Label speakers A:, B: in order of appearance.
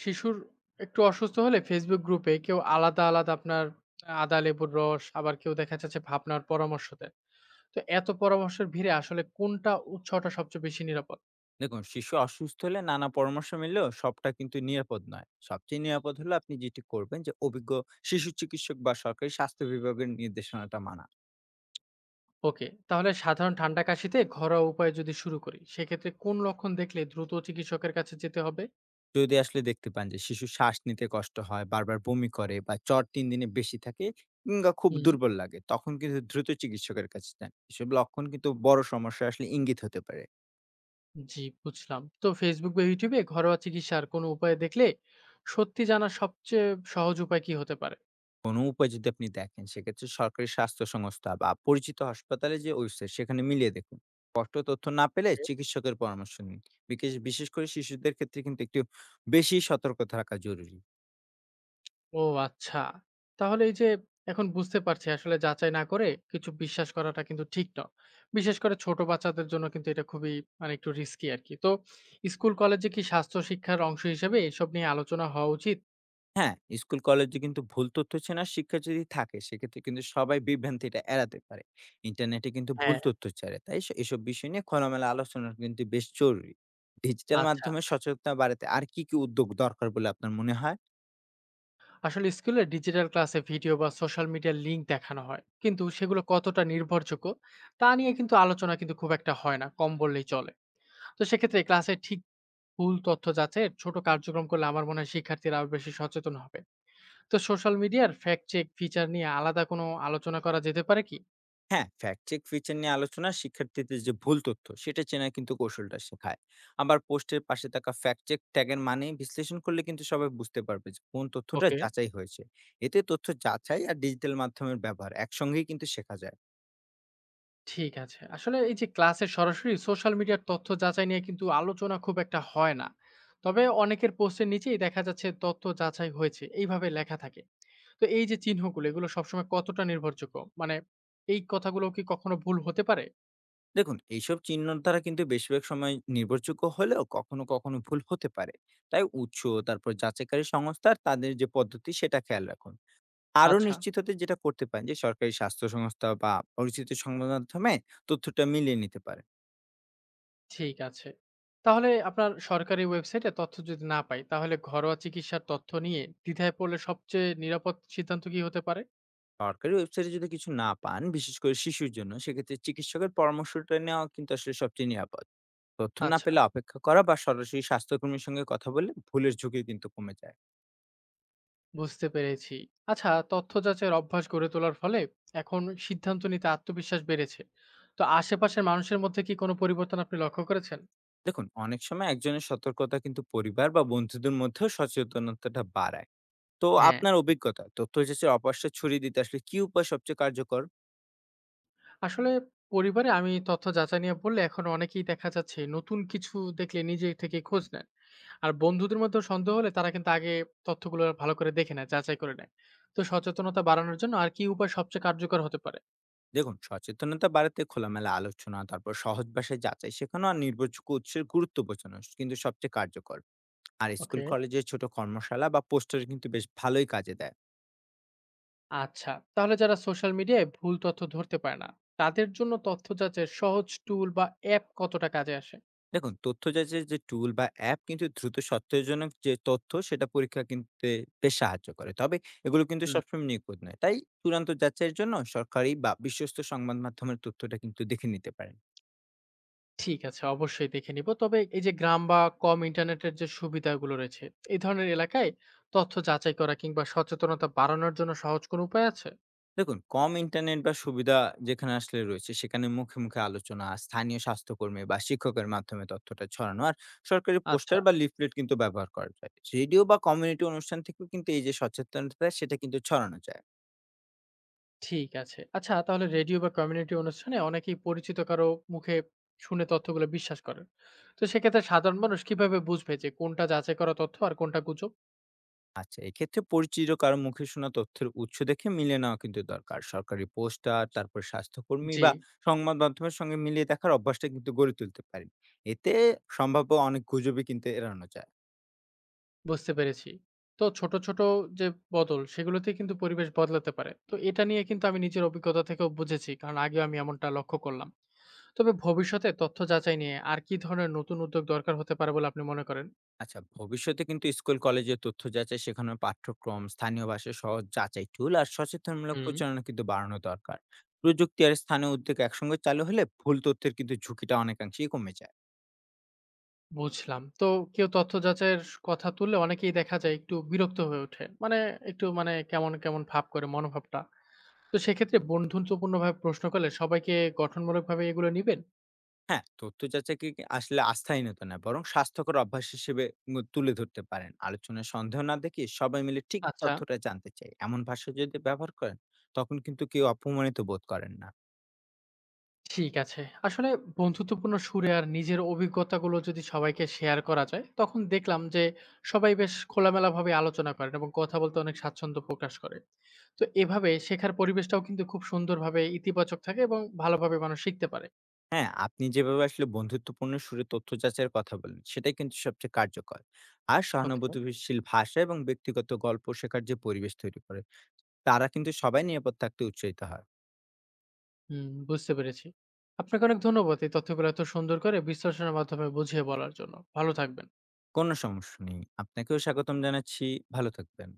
A: শিশুর একটু অসুস্থ হলে Facebook গ্রুপে কেউ আলাদা আপনার আদা, লেবুর রস আবার কেউ দেখা যাচ্ছে ভাবনার পরামর্শ দেয়। তো এত পরামর্শের ভিড়ে আসলে কোনটা উৎসটা সবচেয়ে বেশি নিরাপদ?
B: দেখুন শিশু অসুস্থ হলে নানা পরামর্শ মিললেও সবটা কিন্তু নিরাপদ নয়. সবচেয়ে নিরাপদ হলো আপনি যেটি করবেন যে অভিজ্ঞ শিশু চিকিৎসক বা সরকারি স্বাস্থ্য বিভাগের নির্দেশনাটা মানা.
A: ওকে, তাহলে সাধারণ ঠান্ডা কাশিতে ঘরোয়া উপায়ে যদি শুরু করি, সেক্ষেত্রে কোন লক্ষণ দেখলে দ্রুত চিকিৎসকের কাছে যেতে হবে?
B: যদি আসলে দেখতে পান যে শিশু শ্বাস নিতে কষ্ট হয়, বারবার বমি করে বা জ্বর 3 দিনে বেশি থাকে, কিংবা খুব
A: হুম,
B: দুর্বল লাগে, তখন কিন্তু দ্রুত চিকিৎসকের কাছে যান. এসব লক্ষণ কিন্তু বড় সমস্যা আসলে ইঙ্গিত হতে পারে.
A: জি বুঝলাম। তো Facebook বা YouTube এ ঘরোয়া চিকিৎসার কোনো উপায় দেখলে সত্যি জানার সবচেয়ে সহজ উপায় কি হতে পারে?
B: কোনো উপায় যদি আপনি দেখেন সেক্ষেত্রে সরকারি স্বাস্থ্য সংস্থা বা পরিচিত হাসপাতালে যে ওয়েবসাইট সেখানে মিলিয়ে দেখুন. স্পষ্ট তথ্য না পেলে
A: ওকে।
B: চিকিৎসকের পরামর্শ নিন. বিশেষ বিশেষ করে শিশুদের ক্ষেত্রে কিন্তু একটু বেশি সতর্ক থাকা জরুরি.
A: ও আচ্ছা। তাহলে এই যে এখন বুঝতে পারছি আসলে যাচাই না করে কিছু বিশ্বাস করাটা কিন্তু ঠিক নয়। বিশেষ করে ছোট বাচ্চাদের জন্য কিন্তু এটা খুবই মানে একটু রিস্কি আরকি। তো স্কুল কলেজে কি স্বাস্থ্য শিক্ষার অংশ হিসেবে এসব নিয়ে আলোচনা হওয়া উচিত?
B: হ্যাঁ, স্কুল কলেজে কিন্তু ভুল তথ্য চেনা শিক্ষা যদি থাকে সেক্ষেত্রে কিন্তু সবাই বিভ্রান্তিটা এড়াতে পারে. ইন্টারনেটে কিন্তু ভুল
A: হ্যাঁ।
B: তথ্য ছাড়ে, তাই এসব বিষয় নিয়ে খোলামেলা আলোচনা কিন্তু বেশ জরুরি. ডিজিটাল
A: আচ্ছা।
B: মাধ্যমে সচেতনতা বাড়াতে আর কি কি উদ্যোগ দরকার বলে আপনার মনে হয়?
A: আসলে স্কুলে ডিজিটাল ক্লাসে ভিডিও বা সোশ্যাল মিডিয়ার লিঙ্ক দেখানো হয়। কিন্তু সেগুলো কতটা নির্ভরযোগ্য তা নিয়ে কিন্তু আলোচনা কিন্তু খুব একটা হয় না। কম বললেই চলে। তো সেক্ষেত্রে ক্লাসে ঠিক ভুল তথ্য যাচাইয়ের ছোট কার্যক্রম করলে আমার মনে হয় শিক্ষার্থীরা আরো বেশি সচেতন হবে। তো সোশ্যাল মিডিয়ার ফ্যাক্ট চেক ফিচার নিয়ে আলাদা কোনো আলোচনা করা যেতে পারে কি?
B: হ্যাঁ, ফ্যাক্ট চেক ফিচার নিয়ে আলোচনা শিক্ষার্থীদের যে ভুল তথ্য সেটা চেনার কিন্তু কৌশলটা শেখায়। আবার পোস্টের পাশে থাকা ফ্যাক্ট চেক ট্যাগের মানে বিশ্লেষণ করলে কিন্তু সবাই বুঝতে পারবে যে কোন তথ্যটা
A: ওকে।
B: যাচাই হয়েছে। এতে তথ্য যাচাই আর ডিজিটাল মাধ্যমের ব্যবহার একসঙ্গেই কিন্তু শেখা যায়।
A: ঠিক আছে, আসলে এই যে ক্লাসে সরাসরি সোশ্যাল মিডিয়ার তথ্য যাচাই নিয়ে কিন্তু আলোচনা খুব একটা হয় না, তবে অনেকের পোস্টের নিচেই দেখা যাচ্ছে তথ্য যাচাই হয়েছে এইভাবে লেখা থাকে। তো এই যে চিহ্নগুলো এগুলো সবসময় কতটা নির্ভরযোগ্য মানে এই কথাগুলো কি কখনো ভুল হতে পারে?
B: দেখুন এইসব চিহ্নর দ্বারা কিন্তু বেশিরভাগ সময় নির্ভরযোগ্য হলেও কখনো, কখনো ভুল হতে পারে। তাই উৎস, তারপর যাচাইকারী সংস্থা আর তাদের যে পদ্ধতি সেটা খেয়াল রাখুন। আরো
A: আচ্ছা।
B: নিশ্চিত হতে যেটা করতে পারেন, যে সরকারি স্বাস্থ্য সংস্থা বা পরিচিত সংবাদ মাধ্যমে তথ্যটা মিলিয়ে নিতে পারেন.
A: ঠিক আছে, তাহলে আপনার সরকারি ওয়েবসাইটে তথ্য যদি না পাই তাহলে ঘরোয়া চিকিৎসার তথ্য নিয়ে দ্বিধায় পড়লে সবচেয়ে নিরাপদ সিদ্ধান্ত কি হতে পারে?
B: সরকারি ওয়েবসাইটে যদি কিছু না পান, বিশেষ করে শিশুর জন্য, সেক্ষেত্রে চিকিৎসকের পরামর্শটা নেওয়া কিন্তু আসলে সবচেয়ে নিরাপদ. তথ্য না
A: আচ্ছা,
B: পেলে অপেক্ষা করা বা সরাসরি স্বাস্থ্যকর্মীর সঙ্গে কথা বলে ভুলের ঝুঁকি কিন্তু কমে যায়.
A: বুঝতে পেরেছি। আচ্ছা, তথ্য যাচাইয়ের অভ্যাস গড়ে তোলার ফলে এখন সিদ্ধান্ত নিতে আত্মবিশ্বাস বেড়েছে। তো আশেপাশের মানুষের মধ্যে কি কোনো পরিবর্তন আপনি লক্ষ্য করেছেন?
B: দেখুন অনেক সময় একজনের সতর্কতা কিন্তু পরিবার বা বন্ধুদের মধ্যেও সচেতনতাটা বাড়ায়. তো
A: হ্যাঁ,
B: আপনার অভিজ্ঞতা তথ্য যাচাই অপারশা ছড়িয়ে দিতে আসলে কি উপায় সবচেয়ে কার্যকর?
A: আসলে পরিবারে আমি তথ্য যাচাই নিয়ে বললে এখন অনেকেই দেখা যাচ্ছে নতুন কিছু দেখলে নিজে থেকে খোঁজ নেন। আর বন্ধুদের মধ্যেও সন্দেহ হলে তারা কিন্তু আগে তথ্যগুলো ভালো করে দেখে নেয়, যাচাই করে নেয়। তো সচেতনতা বাড়ানোর জন্য আর কি উপায় সবচেয়ে কার্যকর হতে পারে?
B: দেখুন সচেতনতা বাড়াতে খোলামেলা আলোচনা, তারপর সহজ ভাষায় যাচাই শেখানো আর নির্ভরযোগ্য উৎসের গুরুত্ব বোঝানো কিন্তু সবচেয়ে কার্যকর. আর স্কুল
A: ওকে।
B: কলেজে ছোট কর্মশালা বা পোস্টার কিন্তু বেশ ভালোই কাজে দেয়.
A: আচ্ছা, তাহলে যারা সোশ্যাল মিডিয়ায় ভুল তথ্য ধরতে পারে না তাদের জন্য তথ্য যাচাইয়ের সহজ টুল বা অ্যাপ কতটা কাজে আসে?
B: দেখুন তথ্য যাচাই যে টুল বা অ্যাপ কিন্তু দ্রুত সত্যজনক যে তথ্য সেটা পরীক্ষা কিন্তু বেশ সাহায্য করে. তবে এগুলো কিন্তু
A: হুম।
B: সবসময় নিখুঁত নয়, তাই চূড়ান্ত যাচাইয়ের জন্য সরকারি বা বিশ্বস্ত সংবাদ মাধ্যমের তথ্যটা কিন্তু দেখে নিতে পারেন.
A: ঠিক আছে, অবশ্যই দেখে নিব, তবে এই যে গ্রাম বা কম ইন্টারনেটের যে সুবিধাগুলো রয়েছে এই ধরনের এলাকায় তথ্য যাচাই করা কিংবা সচেতনতা বাড়ানোর জন্য সহজ কোনো উপায় আছে?
B: দেখুন, কম ইন্টারনেট বা সুবিধা যেখানে আসলে রয়েছে, সেখানে মুখে, মুখে আলোচনা, স্থানীয় স্বাস্থ্যকর্মী বা শিক্ষকের মাধ্যমে তথ্যটা ছড়ানো আর সরকারি
A: আচ্ছা।
B: পোস্টার বা লিফলেট কিন্তু ব্যবহার করা যায়। রেডিও বা কমিউনিটি অনুষ্ঠান থেকেও কিন্তু এই যে সচেতনতা, সেটা কিন্তু ছড়ানো যায়।
A: ঠিক আছে, আচ্ছা, তাহলে রেডিও বা কমিউনিটি অনুষ্ঠানে অনেকেই পরিচিত কারো মুখে শুনে তথ্যগুলো বিশ্বাস করেন। তো সেক্ষেত্রে সাধারণ মানুষ কিভাবে বুঝবে যে কোনটা যাচাই করা তথ্য আর কোনটা গুজব?
B: আচ্ছা, এক্ষেত্রে পরিচিত কারো মুখে শোনা তথ্যের উৎস দেখে মিলিয়ে নেওয়া কিন্তু দরকার। সরকারি পোস্টার, তারপর স্বাস্থ্যকর্মী
A: জি।
B: বা সংবাদ মাধ্যমের সঙ্গে মিলিয়ে দেখার অভ্যাসটা কিন্তু গড়ে তুলতে পারেন। এতে সম্ভাব্য অনেক গুজবই কিন্তু এড়ানো যায়।
A: বুঝতে পেরেছি। তো ছোট যে বদল সেগুলোতেই কিন্তু পরিবেশ বদলাতে পারে। তো এটা নিয়ে কিন্তু আমি নিজের অভিজ্ঞতা থেকেও বুঝেছি। কারণ আগেও আমি এমনটা লক্ষ্য করলাম। তবে ভবিষ্যতে তথ্য যাচাই নিয়ে আর কি ধরনের নতুন উদ্যোগ দরকার হতে পারে বলে আপনি মনে করেন?
B: আচ্ছা, ভবিষ্যতে কিন্তু স্কুল, কলেজের তথ্য যাচাই শেখানোর পাঠ্যক্রম, স্থানীয় ভাষায় সহজ যাচাই টুল আর সচেতনমূলক
A: হুম।
B: প্রচারণা কিন্তু বাড়ানো দরকার। প্রযুক্তি আর স্থানীয় উদ্যোগ একসঙ্গে চালু হলে ভুল তথ্যের কিন্তু ঝুঁকিটা অনেকাংশেই কমে যায়।
A: বুঝলাম। তো কেউ তথ্য যাচাইয়ের কথা তুললে অনেকেই দেখা যায় একটু বিরক্ত হয়ে ওঠে। মানে একটু মানে কেমন ভাব করে মনোভাবটা। তো সেক্ষেত্রে বন্ধুত্বপূর্ণভাবে প্রশ্ন করলে সবাইকে গঠনমূলকভাবে এগুলো নিবেন?
B: হ্যাঁ, তথ্য যাচাইকে কি আসলে আস্থাহীনতা না বরং স্বাস্থ্যকর অভ্যাস হিসেবে তুলে ধরতে পারেন। আলোচনায় সন্দেহ না দেখিয়ে সবাই মিলে ঠিক
A: আচ্ছা।
B: তথ্যটা জানতে চাই। এমন ভাষা যদি ব্যবহার করেন, তখন কিন্তু কেউ অপমানিত বোধ করেন না।
A: ঠিক আছে। আসলে বন্ধুত্বপূর্ণ সুরে আর নিজের অভিজ্ঞতাগুলো যদি সবাইকে শেয়ার করা যায়, তখন দেখলাম যে সবাই বেশ খোলামেলাভাবে আলোচনা করেন এবং কথা বলতে অনেক স্বাচ্ছন্দ্য প্রকাশ করে। তো এভাবে শেখার পরিবেশটাও কিন্তু খুব সুন্দরভাবে ইতিবাচক থাকে এবং ভালোভাবে মানুষ শিখতে পারে।
B: হ্যাঁ, আপনি যেভাবে আসলে বন্ধুত্বপূর্ণ সুরে তথ্য যাচাইয়ের কথা বলেন, সেটাই কিন্তু সবচেয়ে কার্যকর। আর
A: ওকে।
B: সহানুভূতিশীল ভাষা এবং ব্যক্তিগত গল্প শেখার যে পরিবেশ তৈরি করে, তারা কিন্তু সবাই নিরাপদ থাকতে উৎসাহিত হয়।
A: হুম, বুঝতে পেরেছি। আপনাকে অনেক ধন্যবাদ এই তথ্যগুলো এত সুন্দর করে বিশ্লেষণের মাধ্যমে বুঝিয়ে বলার জন্য। ভালো থাকবেন।
B: কোনো সমস্যা নেই। আপনাকেও স্বাগতম জানাচ্ছি। ভালো থাকবেন।